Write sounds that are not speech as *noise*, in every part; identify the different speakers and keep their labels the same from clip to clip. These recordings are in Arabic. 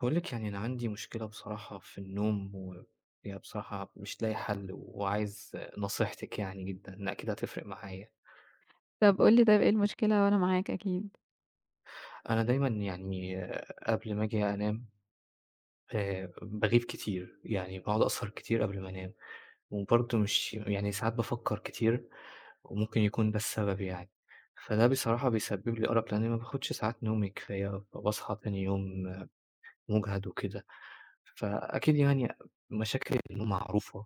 Speaker 1: باقول لِك يعني أنا عندي مشكلة بصراحة في النوم، وهي بصراحة مش لاقي حل، وعايز نصيحتِك يعني جدًا، لأ أكيد هتفرق معايا.
Speaker 2: طب قُل لي طيب إيه المشكلة وأنا معاك أكيد.
Speaker 1: أنا دايمًا يعني آه، قبل ما آجي أنام باغيب كتير، يعني باقعد أسهر كتير قبل ما أنام، وبرضه مش يعني ساعات بافكّر كتير، وممكن يكون ده السبب يعني. فده بصراحة بيسبب لي أرق، لإني ما باخدش ساعات نومي كفاية، فباصحى تاني يوم مُجهد وكده. فأكيد يعني مشاكل النوم معروفة.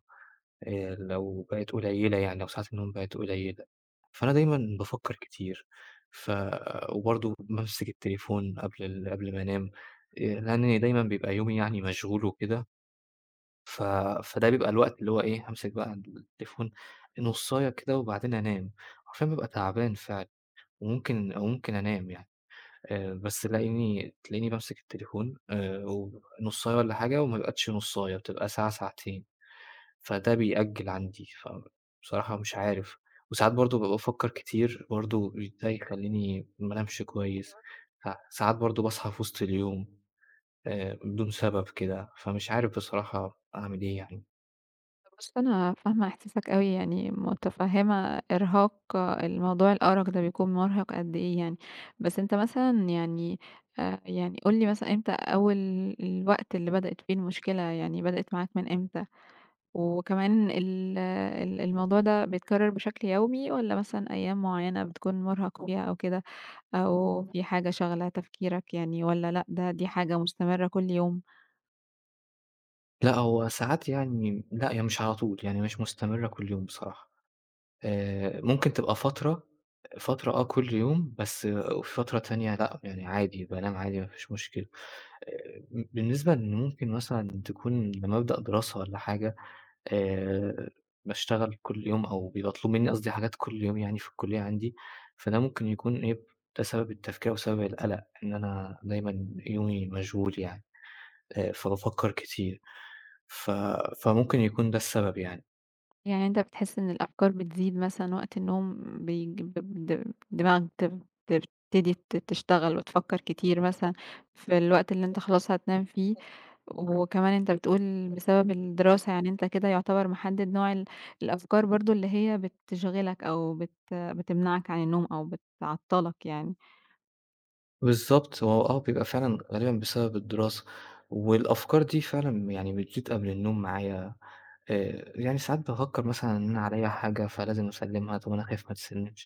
Speaker 1: لو بقت قليّلة يعني، لو ساعات النوم بقت قليّلة، فأنا دايمًا بافكّر كتير، ف وبرضه بامسك التليفون قبل ما أنام، لإن دايمًا بيبقى يومي يعني مشغول وكده، ف فده بيبقى الوقت اللي هو إيه، هامسك بقى التليفون نُصّاية كده وبعدين أنام، حرفيًا بابقى تعبان فعلًا وممكن أنام يعني، بس تلاقيني بامسك التليفون ونُصّاية والّا حاجة وما بقتش نُصّاية، بتبقى ساعة، ساعتين. فده بيأجّل عندي، فبصراحة مش عارف. وساعات برضه بابقى بافكّر كتير برضه ده يخلّيني ما انامش كويس، ساعات برضه باصحى في وسط اليوم بدون سبب كده، فمش عارف بصراحة أعمل إيه يعني.
Speaker 2: بُص، أنا فاهمة إحساسك أوي، يعني متفهمة إرهاق الموضوع، الأرق ده بيكون مُرهق قد إيه يعني. بس أنت مثلًا يعني يعني قُل لي مثلًا، إمتى أول الوقت اللي بدأت فيه المشكلة، يعني بدأت معاك من إمتى؟ وكمان ال ال الموضوع ده بيتكرر بشكل يومي والّا مثلًا أيام معينة بتكون مُرهق فيها أو كده؟ أو في حاجة شاغلة تفكيرك يعني، والّا لأ، دي حاجة مستمرة كل يوم؟
Speaker 1: لأ، هو ساعات يعني لأ، هي مش على طول، يعني مش مستمرة كل يوم بصراحة. ممكن تبقى فترة آه كل يوم، بس آه، وفي فترة تانية لأ، يعني عادي بانام عادي ما فيش مشكلة. آآ بالنسبة إن ممكن مثلًا تكون لمّا أبدأ دراسة والّا حاجة آآ باشتغل كل يوم أو بيبقى مطلوب منّي قصدي حاجات كل يوم يعني في الكلية عندي، فده ممكن يكون إيه، ده سبب التفكير أو سبب القلق إن أنا دايمًا يومي مشغول يعني، فبافكّر كتير، ف فممكن يكون ده السبب يعني.
Speaker 2: يعني أنت بتحس إن الأفكار بتزيد مثلًا وقت النوم، بيج ب د دماغك بتبتدي تشتغل وتفكر كتير مثلًا في الوقت اللي أنت خلاص هتنام فيه، وكمان أنت بتقول بسبب الدراسة، يعني أنت كده يعتبر محدد نوع الأفكار برضه، اللي هي بتشغلك أو بتمنعك عن النوم، أو بتعطّلك يعني.
Speaker 1: بالضبط، هو آه بيبقى فعلًا غالبًا بسبب الدراسة، والأفكار دي فعلًا يعني بتزيد قبل النوم معايا يعني ساعات بافكّر مثلًا إن أنا عليّا حاجة فلازم أسلِّمها، طَب أنا خايف ما تتسلِّمش،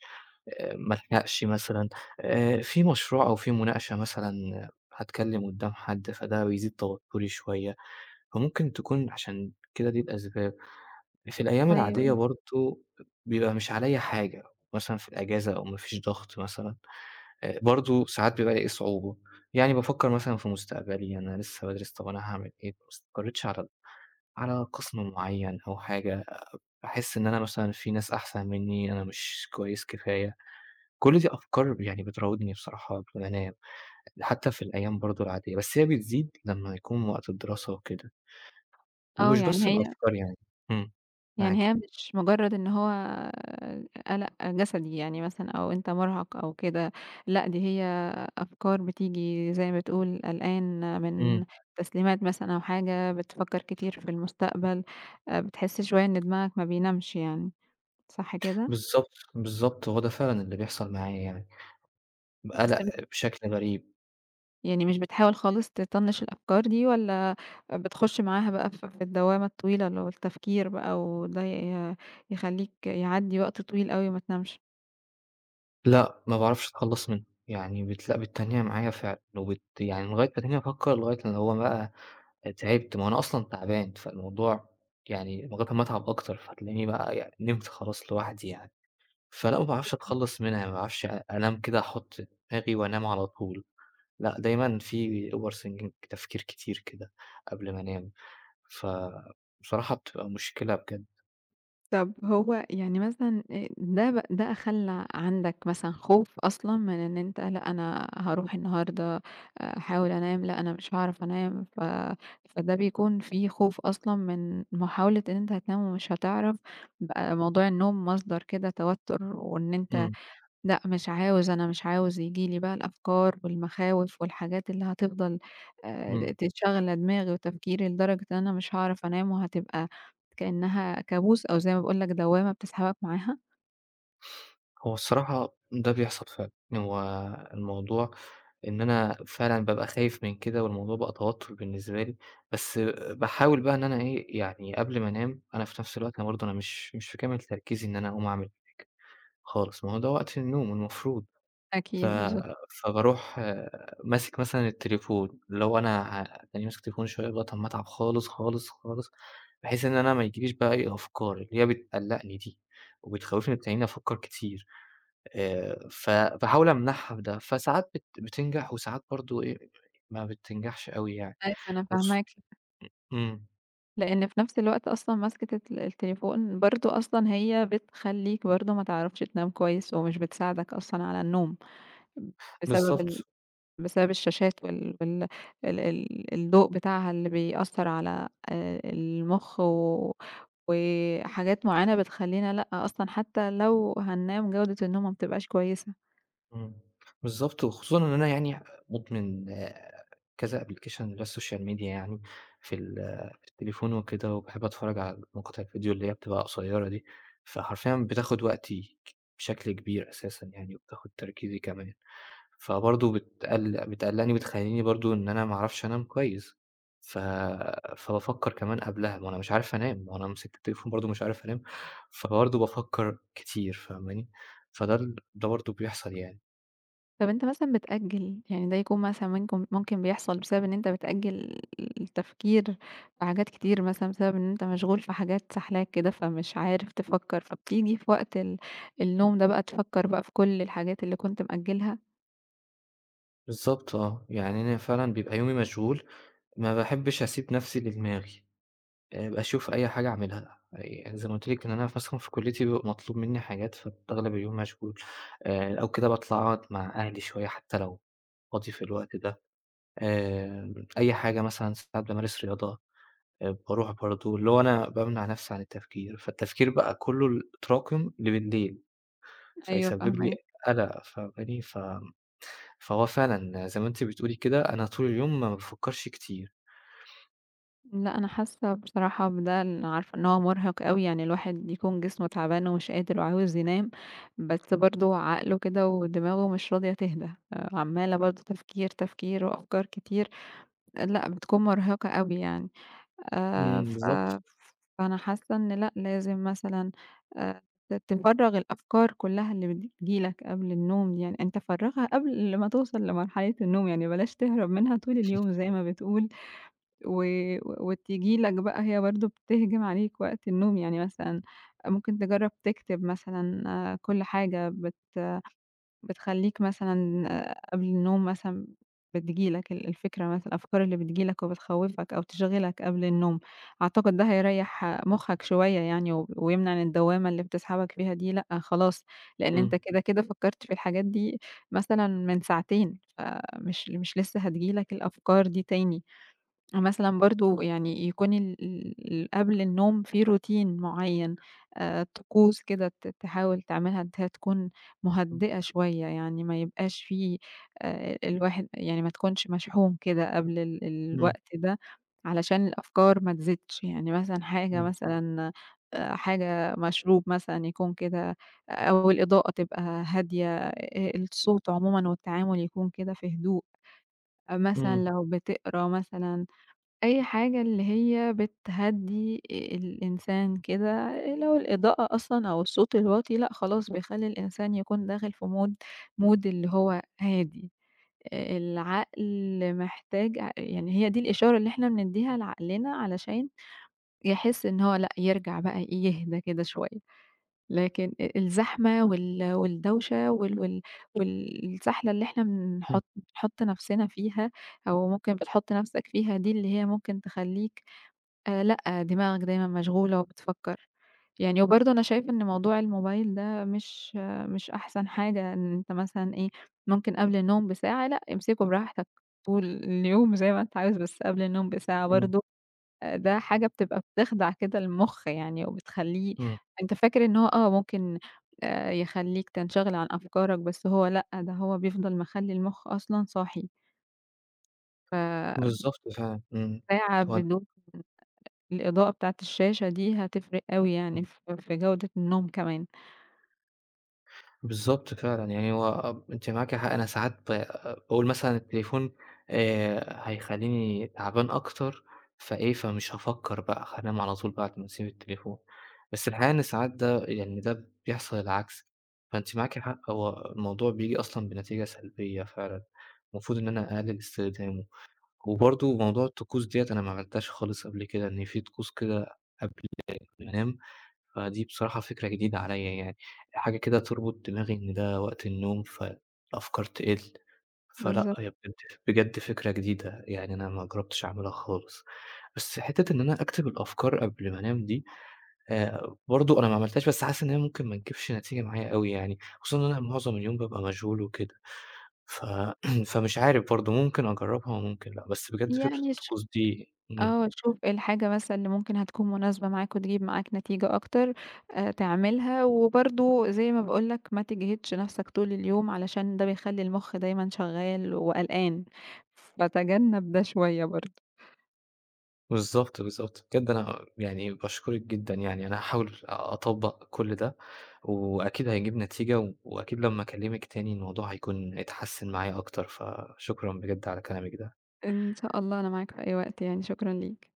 Speaker 1: ما ألحقش مثلًا، في مشروع أو في مناقشة مثلًا هاتكلّم قدّام حد، فده بيزيد توتُّري شوية، فممكن تكون عشان كده دي الأسباب. في الأيام العادية
Speaker 2: أيوه.
Speaker 1: برضه بيبقى مش عليّا حاجة، مثلًا في الأجازة أو ما فيش ضغط مثلًا، برضه ساعات بيبقى لي صعوبة، يعني بافكّر مثلًا في مستقبلي، أنا لسه بادرس، طَب أنا هاعمل إيه؟ ما استقريتش على على قسم معيّن أو حاجة. أحس إن أنا مثلًا في ناس أحسن منّي، أنا مش كويس كفاية، كل دي أفكار يعني بتراودني بصراحة وأنا بانام، حتى في الأيام برضه العادية، بس هي بتزيد لمّا يكون وقت الدراسة وكده،
Speaker 2: آه،
Speaker 1: ومش
Speaker 2: يعني
Speaker 1: بس
Speaker 2: هي
Speaker 1: الأفكار يعني. إمم،
Speaker 2: يعني
Speaker 1: معاكِ.
Speaker 2: هي مش مجرد إن هو قلق جسدي يعني، مثلًا، أو أنت مُرهَق أو كده، لأ، دي هي أفكار بتيجي زي ما بتقول، قلقان
Speaker 1: إمم،
Speaker 2: من تسليمات مثلًا أو حاجة، بتفكّر كتير في المستقبل، بتحس شوية إن دماغك ما بينامش يعني، صح كده؟
Speaker 1: بالضبط، بالضبط، هو ده فعلًا اللي بيحصل معايا يعني،
Speaker 2: بس
Speaker 1: بقلق
Speaker 2: م
Speaker 1: بشكل غريب،
Speaker 2: يعني مش بتحاول خالص تطنّش الأفكار دي، والّا بتخُش معاها بقى في الدوّامة الطويلة اللي هو التفكير بقى، وده يخلّيك يعدّي وقت طويل أوي وما تنامش؟
Speaker 1: لأ، ما باعرفش أتخلّص منه، يعني بتتنّيها معايا فعلًا يعني لغاية ما تلاقيني أفكّر لغاية اللي هو بقى تعبت، ما هو أنا أصلًا تعبان، فالموضوع يعني لغاية أمّا أتعب أكتر، فتلاقيني بقى يعني نمت خلاص لوحدي يعني. فلأ، ما باعرفش أتخلّص منها، ما باعرفش أنام كده أحُط دماغي وأنام على طول، لأ، دايمًا في overthinking تفكير كتير كده قبل ما أنام، فبصراحة بتبقى مشكلة بجد.
Speaker 2: طب هو يعني مثلًا ده خلّى عندك مثلًا خوف أصلًا، من إن أنت لأ، أنا هاروح النهارده أحاول أنام، لأ أنا مش هاعرف أنام، فده بيكون في خوف أصلًا من محاولة إن أنت هتنام ومش هتعرف، بقى موضوع النوم مصدر كده توتر، وإن أنت
Speaker 1: إمم،
Speaker 2: لأ، مش عاوز، أنا مش عاوز ييجي لي بقى الأفكار والمخاوف والحاجات اللي هتفضل
Speaker 1: إمم.
Speaker 2: ت شاغلة دماغي وتفكيري، لدرجة إن أنا مش هاعرف أنام، وهتبقى كإنها كابوس، أو زي ما باقول لك دوّامة بتسحبك معاها.
Speaker 1: هو الصراحة ده بيحصل فعلًا، هو الموضوع إن أنا فعلًا بابقى خايف من كده والموضوع بقى توتر بالنسبة لي، بس باحاول بقى إن أنا إيه، يعني قبل ما أنام أنا في نفس الوقت أنا برضه أنا مش في كامل تركيزي إن أنا أقوم أعمل خالص، ما هو ده وقت النوم المفروض، ف
Speaker 2: أكيد، بالضبط.
Speaker 1: فباروح ماسك مثلًا التليفون، لو أنا هتلاقيني ماسك التليفون شوية لغاية أمّا أتعب خالص. بحيث إن أنا ما يجيليش بقى إيه، أفكار اللي هي بتقلّقني دي وبتخوّفني وبتخلّيني أفكر كتير. ف باحاول أمنعها بده، فساعات بتنجح وساعات برضه إيه، ما بتنجحش أوي يعني،
Speaker 2: أيوه أنا
Speaker 1: وخصو
Speaker 2: فاهماك،
Speaker 1: إمم،
Speaker 2: لإن في نفس الوقت أصلًا ماسكة التليفون برضه، أصلًا هي بتخلّيك برضه ما تعرفش تنام كويس، ومش بتساعدك أصلًا على النوم، بسبب ال
Speaker 1: بالضبط،
Speaker 2: بسبب الشاشات وال وال ال ال الضوء بتاعها، اللي بيأثّر على المُخ، وحاجات معيّنة بتخلّينا لأ، أصلًا حتى لو هننام جودة النوم ما بتبقاش كويسة.
Speaker 1: إمم، بالضبط، وخصوصًا إن أنا يعني مدمن آه، كذا application للسوشيال ميديا يعني في ال آه، في التليفون وكده، وباحب أتفرّج على مقاطع الفيديو اللي هي بتبقى قصيّرة دي، فحرفيًا بتاخد وقتي بشكل كبير أساسًا يعني، وبتاخد تركيزي كمان. فبرضه بتقلّقني وبتخلّيني برضه إن أنا ما أعرفش أنام كويس، ف فبافكّر كمان قبلها، ما أنا مش عارف أنام، ما أنا مسكت التليفون برضه مش عارف أنام، فبرضه بافكّر كتير فاهماني؟ فده ده برضه بيحصل يعني.
Speaker 2: طَب أنت مثلًا بتأجّل، يعني ده يكون مثلًا منكم ممكن بيحصل بسبب إن أنت بتأجّل التفكير في حاجات كتير، مثلًا بسبب إن أنت مشغول في حاجات ساحلاك كده، فمش عارف تفكّر، فبتيجي في وقت النوم ده بقى، تفكّر بقى في كل الحاجات اللي كنت مأجّلها؟
Speaker 1: بالضبط آه، يعني أنا فعلًا بيبقى يومي مشغول، ما باحبش أسيب نَفْسي لدماغي، باشوف أي حاجة أعملها، يعني زي ما قُلت لِك إن أنا مثلًا في كُلّيتي بيبقى مطلوب منّي حاجات فأغلب اليوم مشغول، أو كده باطلع أقعد مع أهلي شوية حتى لو فاضي في الوقت ده. أي حاجة مثلًا ساعات بامارس رياضة، باروح برضه اللي هو أنا بامنع نَفْسي عن التفكير، فالتفكير بقى كُلّه تراكم لبالليل،
Speaker 2: أيوه،
Speaker 1: فيسبب لي
Speaker 2: فاهماك.
Speaker 1: قَلَق فاهماني؟ فهو فعلًا زي ما أنتِ بتقولي كده، أنا طول اليوم ما بافكّرش كتير.
Speaker 2: لأ، أنا حاسة بصراحة بده عارفة إن هو مرهق أوي، يعني الواحد يكون جسمه تعبان ومش قادر وعاوز ينام، بس برضه عقله كده ودماغه مش راضية تهدى، آه، عمالة برضه تفكير، تفكير وأفكار كتير، لأ، بتكون مرهقة أوي يعني.
Speaker 1: إمم،
Speaker 2: ف
Speaker 1: بالضبط.
Speaker 2: فأنا حاسة إن لأ، لازم مثلًا آآ، تفرّغ الأفكار كلها اللي بتيجي لك قبل النوم، يعني أنت فرّغها قبل ما توصل لمرحلة النوم، يعني بلاش تهرب منها طول اليوم زي ما بتقول. و وتيجي لك بقى هي برضه، بتهجم عليك وقت النوم، يعني مثلًا ممكن تجرّب تكتب مثلًا آه، كل حاجة بتخلّيك مثلًا آه، قبل النوم، مثلًا بتيجي لك الفكرة، مثلًا الأفكار اللي بتيجي لك وبتخوّفك أو تشغلك قبل النوم، أعتقد ده هيريّح مخّك شوية يعني، و ويمنع إن الدوّامة اللي بتسحبك فيها دي لأ خلاص، لإن
Speaker 1: إمم،
Speaker 2: أنت كده، كده فكّرت في الحاجات دي مثلًا من ساعتين، فمش مش لسه هتيجي لك الأفكار دي تاني. مثلًا برضه يعني يكون ال ال قبل النوم في روتين معيّن، طقوس كده تحاول تعملها، إن هي تكون مهدئة شوية، يعني ما يبقاش في الواحد يعني ما تكونش مشحون كده قبل ال
Speaker 1: إمم،
Speaker 2: الوقت ده، علشان الأفكار ما تزيدش، يعني مثلًا حاجة
Speaker 1: إمم،
Speaker 2: مثلًا، حاجة مشروب مثلًا يكون كده، أو الإضاءة تبقى هادية، الصوت عمومًا والتعامل يكون كده في هدوء، آه،
Speaker 1: إمم،
Speaker 2: مثلًا
Speaker 1: إمم،
Speaker 2: لو بتقرا مثلًا أي حاجة اللي هي بتهدّي الإنسان كده، لو الإضاءة أصلًا أو الصوت الواطي لأ خلاص، بيخلّي الإنسان يكون داخل في mood اللي هو هادي، العقل محتاج يعني هي دي الإشارة اللي إحنا بندّيها لعقلنا، علشان يحس إن هو لأ، يرجع بقى إيه، يهدى كده شوية، لكن الزحمة والدوشة والسحلة اللي إحنا
Speaker 1: إمم،
Speaker 2: بنحط نَفْسنا فيها، أو ممكن بتحُط نَفْسك فيها دي، اللي هي ممكن تخلّيك لأ، دماغك دايمًا مشغولة وبتفكّر. يعني وبرضه أنا شايفة إن موضوع الموبايل ده مش أحسن حاجة، إن أنت مثلًا إيه، ممكن قبل النوم بساعة لأ، امسكه براحتك طول اليوم زي ما أنت عاوز، بس قبل النوم بساعة
Speaker 1: إمم،
Speaker 2: برضه، ده حاجة بتبقى بتخدع كده المُخ يعني، وبتخلّيه
Speaker 1: إمم،
Speaker 2: أنت فاكر إن هو آه، ممكن يخلّيك تنشغل عن أفكارك، بس هو لأ، ده هو بيفضل مخلّي المُخ أصلًا صاحي، ف
Speaker 1: بالضبط فعلًا، إمم.
Speaker 2: ساعة بدون الإضاءة بتاعة الشاشة دي هتفرق أوي يعني، في جودة النوم كمان.
Speaker 1: بالضبط فعلًا، يعني هو أنتِ معاكِ حق، أنا ساعات باقول مثلًا التليفون هيخلّيني تعبان أكتر، فإيه، فمش هافكّر بقى، هانام على طول بعد ما أسيب التليفون، بس الحقيقة إن ساعات ده يعني ده بيحصل العكس، فأنتِ معاكِ حق، هو الموضوع بييجي أصلًا بنتيجة سلبية فعلًا، المفروض إن أنا أقلِّل استخدامه، وبرضه موضوع الطقوس ديّة أنا ما عملتهاش خالص قبل كده، إن في طقوس كده قبل ما أنام فدي بصراحة فكرة جديدة عليّا يعني، حاجة كده تربط دماغي إن ده وقت النوم فالأفكار تقِل، فلأ
Speaker 2: بالضبط.
Speaker 1: هي بجد بجد فكرة جديدة، يعني أنا ما جرّبتش أعملها خالص. بس حتّة إن أنا أكتب الأفكار قبل ما أنام دي برضه أنا ما عملتهاش بس حاسس إن هي ممكن ما تجيبش نتيجة معايا أوي يعني، خصوصًا إن أنا معظم اليوم بابقى مشغول وكده، ف *clears throat* فمش عارف برضه ممكن أجرّبها وممكن لأ، بس بجد فكرة
Speaker 2: يعني
Speaker 1: الطقوس دي إمم.
Speaker 2: آه، شوف إيه الحاجة مثلًا اللي ممكن هتكون مناسبة معاك وتجيب معاك نتيجة أكتر، تعملها، وبرضه زي ما باقول لك، ما تجهدش نفسك طول اليوم، علشان ده بيخلّي المخ دايمًا شغّال وقلقان، فتجنب ده شوية برضه.
Speaker 1: بالضبط، بالضبط. بجد أنا يعني باشكرِك جدًا يعني، أنا هاحاول أطبّق كل ده، وأكيد هيجيب نتيجة، وأكيد لمّا أكلمِك تاني الموضوع هيكون اتحسن معايا أكتر، فشكرًا بجد على كلامِك ده.
Speaker 2: إن شاء الله، أنا معاك في أي وقت يعني، شكرًا ليك.